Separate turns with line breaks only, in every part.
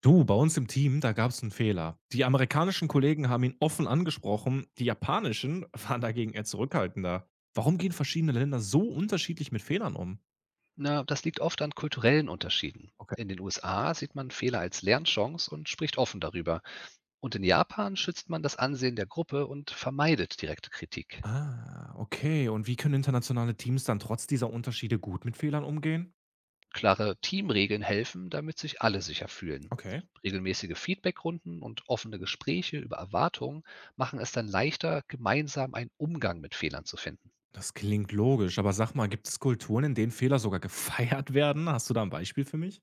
Du, bei uns im Team, da gab es einen Fehler. Die amerikanischen Kollegen haben ihn offen angesprochen, die japanischen waren dagegen eher zurückhaltender. Warum gehen verschiedene Länder so unterschiedlich mit Fehlern um?
Na, das liegt oft an kulturellen Unterschieden.
Okay.
In den USA sieht man Fehler als Lernchance und spricht offen darüber. Und in Japan schützt man das Ansehen der Gruppe und vermeidet direkte Kritik.
Ah, okay. Und wie können internationale Teams dann trotz dieser Unterschiede gut mit Fehlern umgehen?
Klare Teamregeln helfen, damit sich alle sicher fühlen.
Okay.
Regelmäßige Feedbackrunden und offene Gespräche über Erwartungen machen es dann leichter, gemeinsam einen Umgang mit Fehlern zu finden.
Das klingt logisch, aber sag mal, gibt es Kulturen, in denen Fehler sogar gefeiert werden? Hast du da ein Beispiel für mich?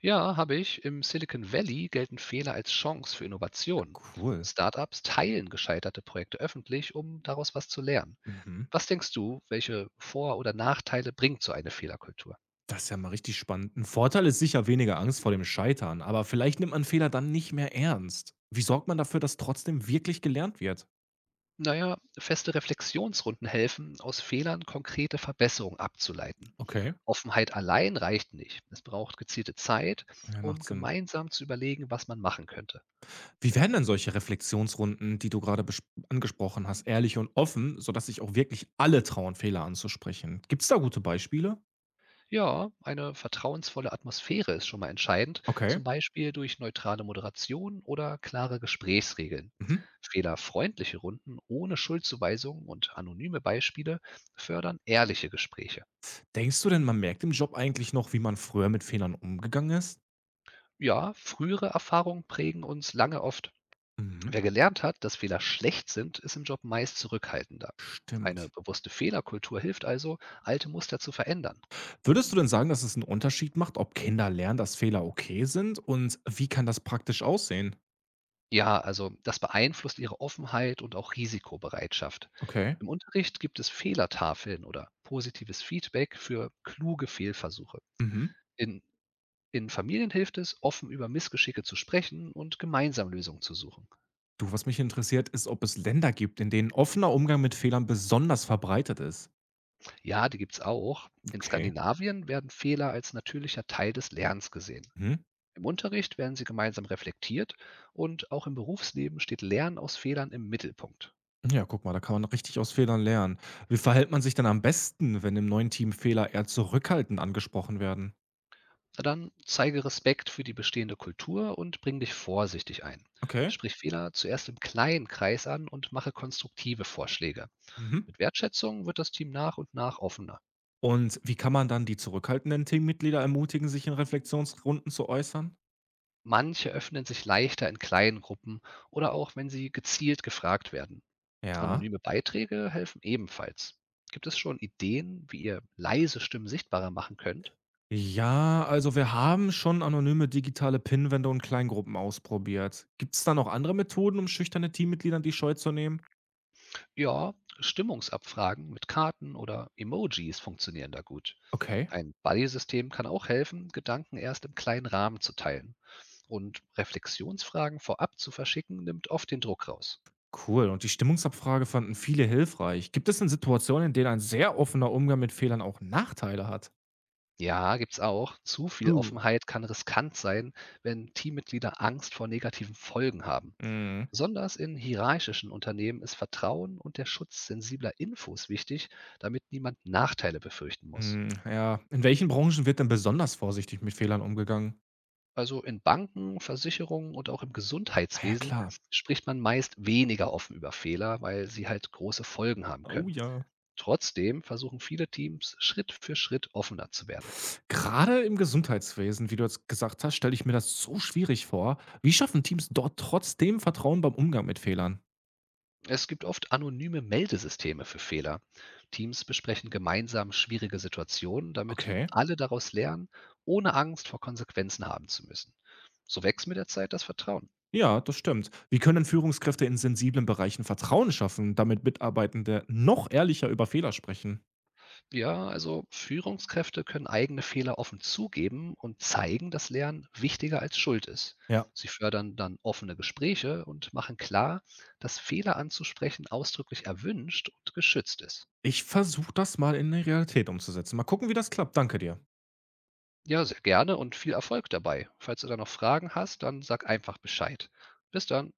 Ja, habe ich. Im Silicon Valley gelten Fehler als Chance für Innovation.
Cool.
Startups teilen gescheiterte Projekte öffentlich, um daraus was zu lernen.
Mhm.
Was denkst du, welche Vor oder Nachteile bringt so eine Fehlerkultur?
Das ist ja mal richtig spannend. Ein Vorteil ist sicher weniger Angst vor dem Scheitern, aber vielleicht nimmt man Fehler dann nicht mehr ernst. Wie sorgt man dafür, dass trotzdem wirklich gelernt wird?
Na ja, feste Reflexionsrunden helfen, aus Fehlern konkrete Verbesserungen abzuleiten.
Okay,
Offenheit allein reicht nicht. Es braucht gezielte Zeit,
ja,
um
macht Sinn.
gemeinsam zu überlegen, was man machen könnte.
Wie werden denn solche Reflexionsrunden, die du gerade bes angesprochen hast, ehrlich und offen, sodass sich auch wirklich alle trauen, Fehler anzusprechen? Gibt es da gute Beispiele?
Ja, eine vertrauensvolle Atmosphäre ist schon mal entscheidend,
Okay.
zum Beispiel durch neutrale Moderation oder klare Gesprächsregeln.
Mhm.
Fehlerfreundliche Runden ohne Schuldzuweisungen und anonyme Beispiele fördern ehrliche Gespräche.
Denkst du denn, man merkt im Job eigentlich noch, wie man früher mit Fehlern umgegangen ist?
Ja, frühere Erfahrungen prägen uns lange oft.
Mhm.
Wer gelernt hat, dass Fehler schlecht sind, ist im Job meist zurückhaltender. Eine
Stimmt.
bewusste Fehlerkultur hilft also, alte Muster zu verändern.
Würdest du denn sagen, dass es einen Unterschied macht, ob Kinder lernen, dass Fehler okay sind und wie kann das praktisch aussehen?
Ja, also das beeinflusst ihre Offenheit und auch Risikobereitschaft.
Okay.
Im Unterricht gibt es Fehlertafeln oder positives Feedback für kluge Fehlversuche.
Mhm.
In, in Familien hilft es, offen über Missgeschicke zu sprechen und gemeinsam Lösungen zu suchen.
Du, was mich interessiert, ist, ob es Länder gibt, in denen offener Umgang mit Fehlern besonders verbreitet ist.
Ja, die gibt's auch. In
Okay.
Skandinavien werden Fehler als natürlicher Teil des Lernens gesehen.
Mhm.
Im Unterricht werden sie gemeinsam reflektiert und auch im Berufsleben steht Lernen aus Fehlern im Mittelpunkt.
Ja, guck mal, da kann man richtig aus Fehlern lernen. Wie verhält man sich denn am besten, wenn im neuen Team Fehler eher zurückhaltend angesprochen werden?
Na dann zeige Respekt für die bestehende Kultur und bring dich vorsichtig ein.
Okay.
Sprich Fehler zuerst im kleinen Kreis an und mache konstruktive Vorschläge.
Mhm.
Mit Wertschätzung wird das Team nach und nach offener.
Und wie kann man dann die zurückhaltenden Teammitglieder ermutigen, sich in Reflexionsrunden zu äußern?
Manche öffnen sich leichter in kleinen Gruppen oder auch, wenn sie gezielt gefragt werden.
Ja.
Anonyme Beiträge helfen ebenfalls. Gibt es schon Ideen, wie ihr leise Stimmen sichtbarer machen könnt?
Ja, also wir haben schon anonyme digitale Pinwände und Kleingruppen ausprobiert. Gibt es da noch andere Methoden, um schüchterne Teammitgliedern die Scheu zu nehmen?
Ja, Stimmungsabfragen mit Karten oder Emojis funktionieren da gut.
Okay,
Ein Buddy-System kann auch helfen, Gedanken erst im kleinen Rahmen zu teilen. Und Reflexionsfragen vorab zu verschicken, nimmt oft den Druck raus.
cool. Und die Stimmungsabfrage fanden viele hilfreich. Gibt es denn Situationen, in denen ein sehr offener Umgang mit Fehlern auch Nachteile hat?
Ja, gibt's auch. Zu viel
Uh,
Offenheit kann riskant sein, wenn Teammitglieder Angst vor negativen Folgen haben.
Mhm.
Besonders in hierarchischen Unternehmen ist Vertrauen und der Schutz sensibler Infos wichtig, damit niemand Nachteile befürchten muss.
Mhm, ja. In welchen Branchen wird denn besonders vorsichtig mit Fehlern umgegangen?
Also in Banken, Versicherungen und auch im
Ah ja,
Gesundheitswesen
klar.
spricht man meist weniger offen über Fehler, weil sie halt große Folgen haben
Oh
können.
ja.
Trotzdem versuchen viele Teams Schritt für Schritt offener zu werden.
Gerade im Gesundheitswesen, wie du jetzt gesagt hast, stelle ich mir das so schwierig vor. Wie schaffen Teams dort trotzdem Vertrauen beim Umgang mit Fehlern?
Es gibt oft anonyme Meldesysteme für Fehler. Teams besprechen gemeinsam schwierige Situationen, damit
Okay.
alle daraus lernen, ohne Angst vor Konsequenzen haben zu müssen. So wächst mit der Zeit das Vertrauen.
Ja, das stimmt. Wie können Führungskräfte in sensiblen Bereichen Vertrauen schaffen, damit Mitarbeitende noch ehrlicher über Fehler sprechen?
Ja, also Führungskräfte können eigene Fehler offen zugeben und zeigen, dass Lernen wichtiger als Schuld ist.
Ja.
Sie fördern dann offene Gespräche und machen klar, dass Fehler anzusprechen ausdrücklich erwünscht und geschützt ist.
Ich versuche das mal in die Realität umzusetzen. Mal gucken, wie das klappt. Danke dir.
Ja, sehr gerne und viel Erfolg dabei. Falls du da noch Fragen hast, dann sag einfach Bescheid. Bis dann.